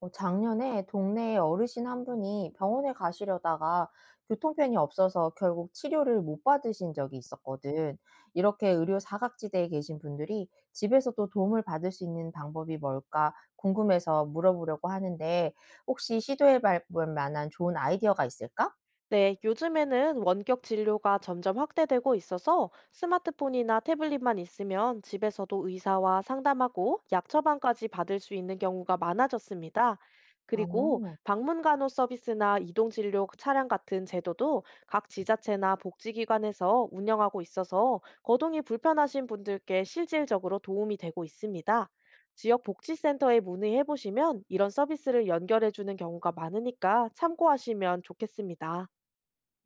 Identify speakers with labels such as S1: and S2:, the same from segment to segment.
S1: 작년에 동네에 어르신 한 분이 병원에 가시려다가 교통편이 없어서 결국 치료를 못 받으신 적이 있었거든. 이렇게 의료 사각지대에 계신 분들이 집에서도 도움을 받을 수 있는 방법이 뭘까 궁금해서 물어보려고 하는데 혹시 시도해 볼 만한 좋은 아이디어가 있을까?
S2: 네, 요즘에는 원격 진료가 점점 확대되고 있어서 스마트폰이나 태블릿만 있으면 집에서도 의사와 상담하고 약 처방까지 받을 수 있는 경우가 많아졌습니다. 그리고
S1: 어.
S2: 방문 간호 서비스나 이동 진료 차량 같은 제도도 각 지자체나 복지기관에서 운영하고 있어서 거동이 불편하신 분들께 실질적으로 도움이 되고 있습니다. 지역 복지센터에 문의해 보시면 이런 서비스를 연결해 주는 경우가 많으니까 참고하시면 좋겠습니다.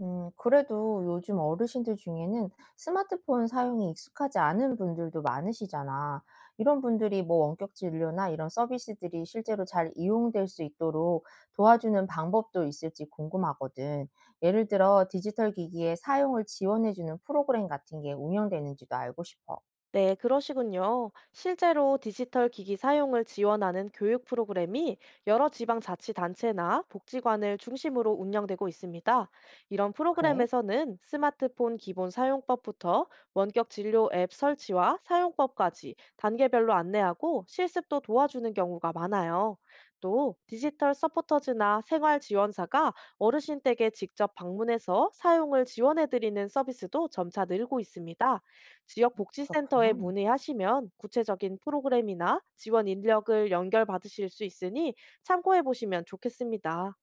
S1: 그래도 요즘 어르신들 중에는 스마트폰 사용이 익숙하지 않은 분들도 많으시잖아. 이런 분들이 뭐 원격 진료나 이런 서비스들이 실제로 잘 이용될 수 있도록 도와주는 방법도 있을지 궁금하거든. 예를 들어 디지털 기기의 사용을 지원해주는 프로그램 같은 게 운영되는지도 알고 싶어.
S2: 네, 그러시군요. 실제로 디지털 기기 사용을 지원하는 교육 프로그램이 여러 지방자치단체나 복지관을 중심으로 운영되고 있습니다. 이런
S1: 그래?
S2: 프로그램에서는 스마트폰 기본 사용법부터 원격 진료 앱 설치와 사용법까지 단계별로 안내하고 실습도 도와주는 경우가 많아요. 또 디지털 서포터즈나 생활 지원사가 어르신 댁에 직접 방문해서 사용을 지원해드리는 서비스도 점차 늘고 있습니다. 지역 복지센터에
S1: 그렇구나.
S2: 문의하시면 구체적인 프로그램이나 지원 인력을 연결 받으실 수 있으니 참고해 보시면 좋겠습니다.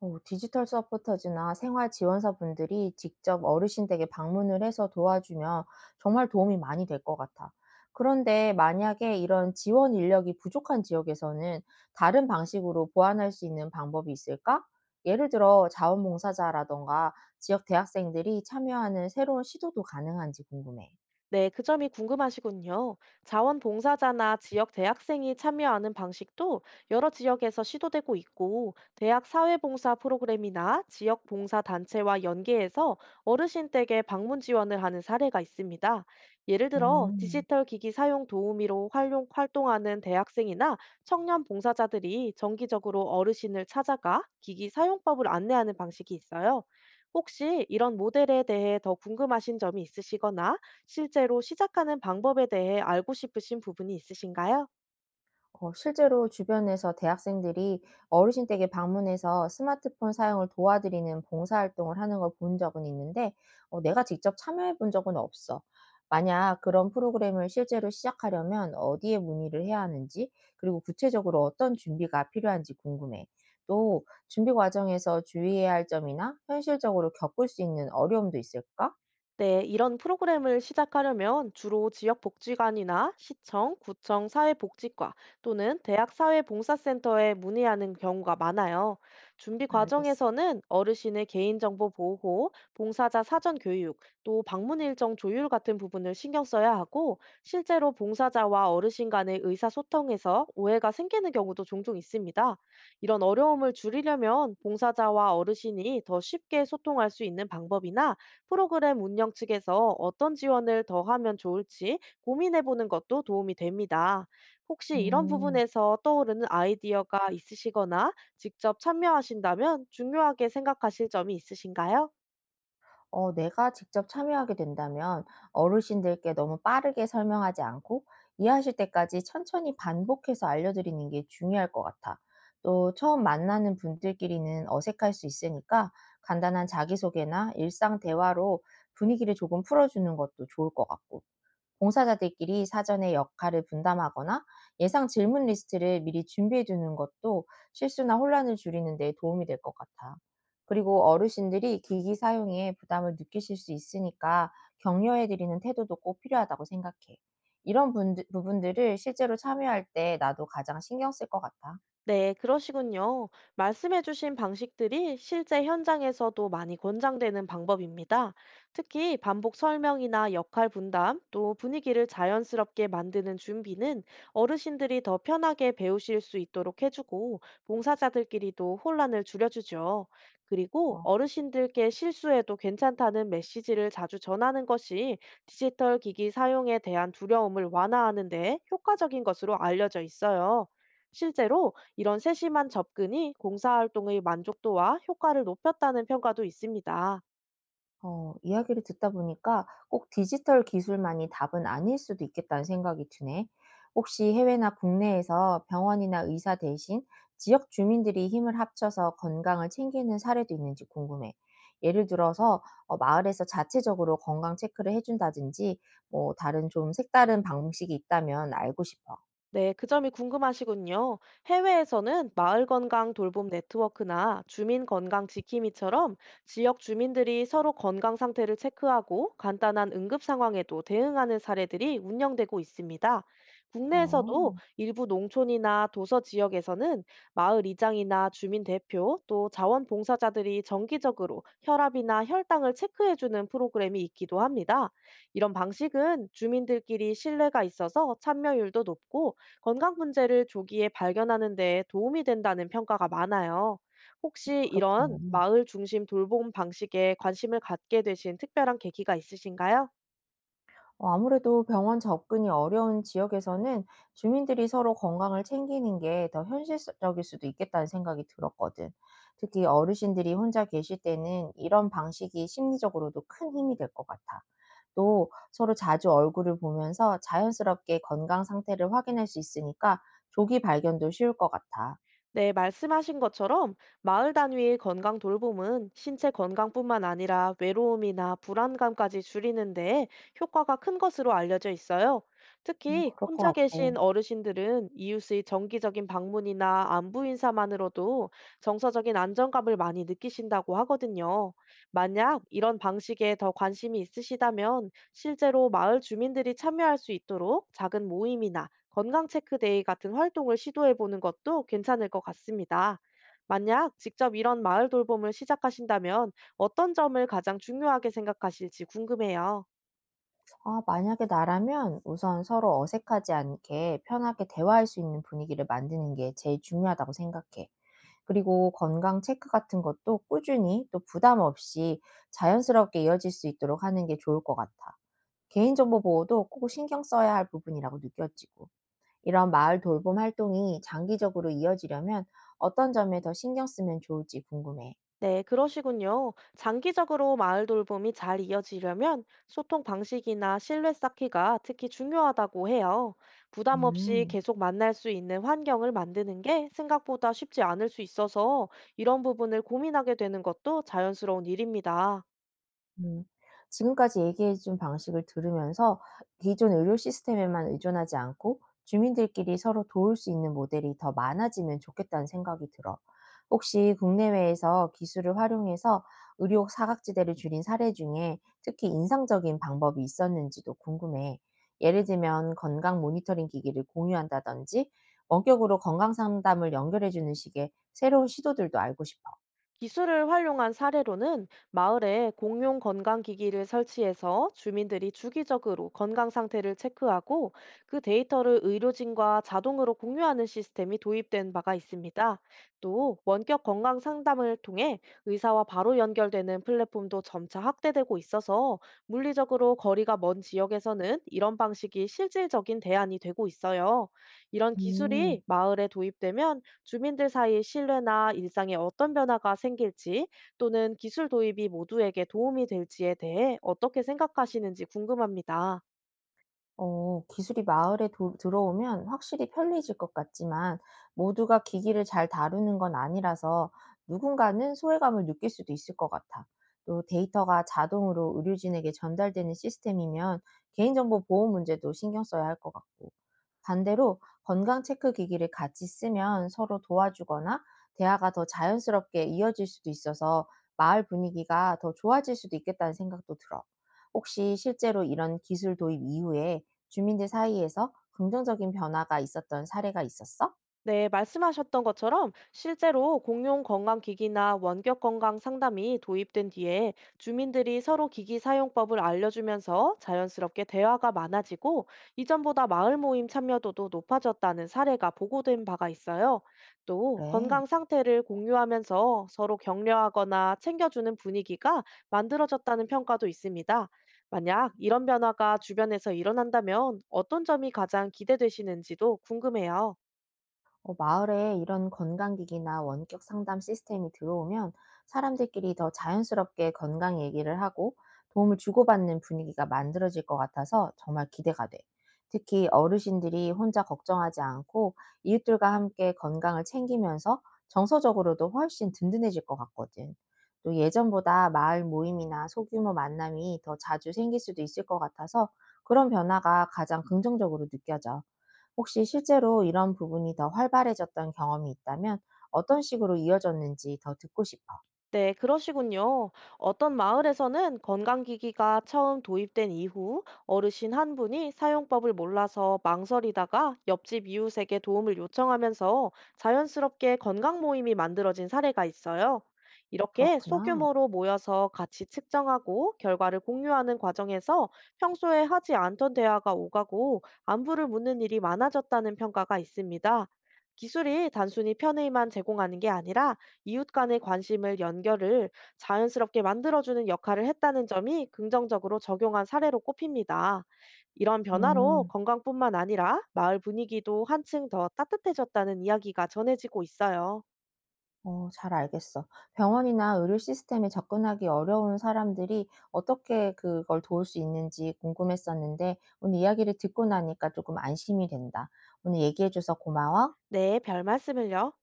S1: 어, 디지털 서포터즈나 생활 지원사분들이 직접 어르신 댁에 방문을 해서 도와주면 정말 도움이 많이 될 것 같아. 그런데 만약에 이런 지원 인력이 부족한 지역에서는 다른 방식으로 보완할 수 있는 방법이 있을까? 예를 들어 자원봉사자라던가 지역 대학생들이 참여하는 새로운 시도도 가능한지 궁금해.
S2: 네, 그 점이 궁금하시군요. 자원봉사자나 지역 대학생이 참여하는 방식도 여러 지역에서 시도되고 있고, 대학 사회봉사 프로그램이나 지역 봉사단체와 연계해서 어르신 댁에 방문 지원을 하는 사례가 있습니다. 예를 들어,
S1: 음.
S2: 디지털 기기 사용 도우미로 활동하는 대학생이나 청년 봉사자들이 정기적으로 어르신을 찾아가 기기 사용법을 안내하는 방식이 있어요. 혹시 이런 모델에 대해 더 궁금하신 점이 있으시거나 실제로 시작하는 방법에 대해 알고 싶으신 부분이 있으신가요?
S1: 실제로 주변에서 대학생들이 어르신 댁에 방문해서 스마트폰 사용을 도와드리는 봉사활동을 하는 걸 본 적은 있는데 내가 직접 참여해 본 적은 없어. 만약 그런 프로그램을 실제로 시작하려면 어디에 문의를 해야 하는지, 그리고 구체적으로 어떤 준비가 필요한지 궁금해. 또 준비 과정에서 주의해야 할 점이나 현실적으로 겪을 수 있는 어려움도 있을까?
S2: 네, 이런 프로그램을 시작하려면 주로 지역복지관이나 시청, 구청, 사회복지과 또는 대학 사회봉사센터에 문의하는 경우가 많아요. 준비
S1: 알겠어.
S2: 과정에서는 어르신의 개인정보 보호, 봉사자 사전 교육, 또 방문 일정 조율 같은 부분을 신경 써야 하고, 실제로 봉사자와 어르신 간의 의사소통에서 오해가 생기는 경우도 종종 있습니다. 이런 어려움을 줄이려면 봉사자와 어르신이 더 쉽게 소통할 수 있는 방법이나 프로그램 운영 측에서 어떤 지원을 더 하면 좋을지 고민해 보는 것도 도움이 됩니다. 혹시 이런
S1: 음.
S2: 부분에서 떠오르는 아이디어가 있으시거나 직접 참여하신다면 중요하게 생각하실 점이 있으신가요?
S1: 내가 직접 참여하게 된다면 어르신들께 너무 빠르게 설명하지 않고 이해하실 때까지 천천히 반복해서 알려드리는 게 중요할 것 같아. 또 처음 만나는 분들끼리는 어색할 수 있으니까 간단한 자기소개나 일상 대화로 분위기를 조금 풀어주는 것도 좋을 것 같고. 봉사자들끼리 사전에 역할을 분담하거나 예상 질문 리스트를 미리 준비해 두는 것도 실수나 혼란을 줄이는 데 도움이 될 것 같아. 그리고 어르신들이 기기 사용에 부담을 느끼실 수 있으니까 격려해 드리는 태도도 꼭 필요하다고 생각해. 부분들을 실제로 참여할 때 나도 가장 신경 쓸 것 같아.
S2: 네, 그러시군요. 말씀해주신 방식들이 실제 현장에서도 많이 권장되는 방법입니다. 특히 반복 설명이나 역할 분담, 또 분위기를 자연스럽게 만드는 준비는 어르신들이 더 편하게 배우실 수 있도록 해주고, 봉사자들끼리도 혼란을 줄여주죠. 그리고
S1: 어.
S2: 어르신들께 실수해도 괜찮다는 메시지를 자주 전하는 것이 디지털 기기 사용에 대한 두려움을 완화하는 데 효과적인 것으로 알려져 있어요. 실제로 이런 세심한 접근이 공사 활동의 만족도와 효과를 높였다는 평가도 있습니다.
S1: 어, 이야기를 듣다 보니까 꼭 디지털 기술만이 답은 아닐 수도 있겠다는 생각이 드네. 혹시 해외나 국내에서 병원이나 의사 대신 지역 주민들이 힘을 합쳐서 건강을 챙기는 사례도 있는지 궁금해. 예를 들어서 어, 마을에서 자체적으로 건강 체크를 해준다든지 뭐 다른 좀 색다른 방식이 있다면 알고 싶어.
S2: 네, 그 점이 궁금하시군요. 해외에서는 마을 건강 돌봄 네트워크나 주민 건강 지킴이처럼 지역 주민들이 서로 건강 상태를 체크하고 간단한 응급 상황에도 대응하는 사례들이 운영되고 있습니다.
S1: 어,
S2: 국내에서도 일부 농촌이나 도서 지역에서는 마을 이장이나 주민 대표 또 자원봉사자들이 정기적으로 혈압이나 혈당을 체크해주는 프로그램이 있기도 합니다. 이런 방식은 주민들끼리 신뢰가 있어서 참여율도 높고 건강 문제를 조기에 발견하는 데 도움이 된다는 평가가 많아요. 혹시 이런
S1: 그렇겠네.
S2: 마을 중심 돌봄 방식에 관심을 갖게 되신 특별한 계기가 있으신가요?
S1: 아무래도 병원 접근이 어려운 지역에서는 주민들이 서로 건강을 챙기는 게 더 현실적일 수도 있겠다는 생각이 들었거든. 특히 어르신들이 혼자 계실 때는 이런 방식이 심리적으로도 큰 힘이 될 것 같아. 또 서로 자주 얼굴을 보면서 자연스럽게 건강 상태를 확인할 수 있으니까 조기 발견도 쉬울 것 같아.
S2: 네, 말씀하신 것처럼 마을 단위의 건강 돌봄은 신체 건강뿐만 아니라 외로움이나 불안감까지 줄이는 데 효과가 큰 것으로 알려져 있어요. 특히
S1: 그럴
S2: 혼자
S1: 것 같아.
S2: 계신 어르신들은 이웃의 정기적인 방문이나 안부 인사만으로도 정서적인 안정감을 많이 느끼신다고 하거든요. 만약 이런 방식에 더 관심이 있으시다면 실제로 마을 주민들이 참여할 수 있도록 작은 모임이나 건강 체크데이 같은 활동을 시도해 보는 것도 괜찮을 것 같습니다. 만약 직접 이런 마을 돌봄을 시작하신다면 어떤 점을 가장 중요하게 생각하실지 궁금해요.
S1: 아, 만약에 나라면 우선 서로 어색하지 않게 편하게 대화할 수 있는 분위기를 만드는 게 제일 중요하다고 생각해. 그리고 건강 체크 같은 것도 꾸준히 또 부담 없이 자연스럽게 이어질 수 있도록 하는 게 좋을 것 같아. 개인정보 보호도 꼭 신경 써야 할 부분이라고 느껴지고. 이런 마을 돌봄 활동이 장기적으로 이어지려면 어떤 점에 더 신경 쓰면 좋을지 궁금해.
S2: 네, 그러시군요. 장기적으로 마을 돌봄이 잘 이어지려면 소통 방식이나 신뢰 쌓기가 특히 중요하다고 해요. 부담 없이
S1: 음.
S2: 계속 만날 수 있는 환경을 만드는 게 생각보다 쉽지 않을 수 있어서 이런 부분을 고민하게 되는 것도 자연스러운 일입니다.
S1: 음. 지금까지 얘기해 준 방식을 들으면서 기존 의료 시스템에만 의존하지 않고 주민들끼리 서로 도울 수 있는 모델이 더 많아지면 좋겠다는 생각이 들어. 혹시 국내외에서 기술을 활용해서 의료 사각지대를 줄인 사례 중에 특히 인상적인 방법이 있었는지도 궁금해. 예를 들면 건강 모니터링 기기를 공유한다든지 원격으로 건강 상담을 연결해 주는 식의 새로운 시도들도 알고 싶어.
S2: 기술을 활용한 사례로는 마을에 공용 건강기기를 설치해서 주민들이 주기적으로 건강 상태를 체크하고 그 데이터를 의료진과 자동으로 공유하는 시스템이 도입된 바가 있습니다. 또 원격 건강 상담을 통해 의사와 바로 연결되는 플랫폼도 점차 확대되고 있어서 물리적으로 거리가 먼 지역에서는 이런 방식이 실질적인 대안이 되고 있어요. 이런 기술이
S1: 음.
S2: 마을에 도입되면 주민들 사이 신뢰나 일상에 어떤 변화가 생길지 또는 기술 도입이 모두에게 도움이 될지에 대해 어떻게 생각하시는지 궁금합니다.
S1: 기술이 마을에 도 들어오면 확실히 편리해질 것 같지만 모두가 기기를 잘 다루는 건 아니라서 누군가는 소외감을 느낄 수도 있을 것 같아. 또 데이터가 자동으로 의료진에게 전달되는 시스템이면 개인정보 보호 문제도 신경 써야 할 것 같고. 반대로 건강 체크 기기를 같이 쓰면 서로 도와주거나 대화가 더 자연스럽게 이어질 수도 있어서 마을 분위기가 더 좋아질 수도 있겠다는 생각도 들어. 혹시 실제로 이런 기술 도입 이후에 주민들 사이에서 긍정적인 변화가 있었던 사례가 있었어?
S2: 네, 말씀하셨던 것처럼 실제로 공용 건강기기나 원격 건강 상담이 도입된 뒤에 주민들이 서로 기기 사용법을 알려주면서 자연스럽게 대화가 많아지고 이전보다 마을 모임 참여도도 높아졌다는 사례가 보고된 바가 있어요. 또
S1: 그래.
S2: 건강 상태를 공유하면서 서로 격려하거나 챙겨주는 분위기가 만들어졌다는 평가도 있습니다. 만약 이런 변화가 주변에서 일어난다면 어떤 점이 가장 기대되시는지도 궁금해요.
S1: 어, 마을에 이런 건강기기나 원격 상담 시스템이 들어오면 사람들끼리 더 자연스럽게 건강 얘기를 하고 도움을 주고받는 분위기가 만들어질 것 같아서 정말 기대가 돼. 특히 어르신들이 혼자 걱정하지 않고 이웃들과 함께 건강을 챙기면서 정서적으로도 훨씬 든든해질 것 같거든. 또 예전보다 마을 모임이나 소규모 만남이 더 자주 생길 수도 있을 것 같아서 그런 변화가 가장 긍정적으로 느껴져. 혹시 실제로 이런 부분이 더 활발해졌던 경험이 있다면 어떤 식으로 이어졌는지 더 듣고 싶어.
S2: 네, 그러시군요. 어떤 마을에서는 건강기기가 처음 도입된 이후 어르신 한 분이 사용법을 몰라서 망설이다가 옆집 이웃에게 도움을 요청하면서 자연스럽게 건강 모임이 만들어진 사례가 있어요. 이렇게
S1: 그렇구나.
S2: 소규모로 모여서 같이 측정하고 결과를 공유하는 과정에서 평소에 하지 않던 대화가 오가고 안부를 묻는 일이 많아졌다는 평가가 있습니다. 기술이 단순히 편의만 제공하는 게 아니라 이웃 간의 관심을, 연결을 자연스럽게 만들어주는 역할을 했다는 점이 긍정적으로 적용한 사례로 꼽힙니다. 이런 변화로
S1: 음,
S2: 건강뿐만 아니라 마을 분위기도 한층 더 따뜻해졌다는 이야기가 전해지고 있어요.
S1: 어, 잘 알겠어. 병원이나 의료 시스템에 접근하기 어려운 사람들이 어떻게 그걸 도울 수 있는지 궁금했었는데 오늘 이야기를 듣고 나니까 조금 안심이 된다. 오늘 얘기해줘서 고마워.
S2: 네, 별 말씀을요.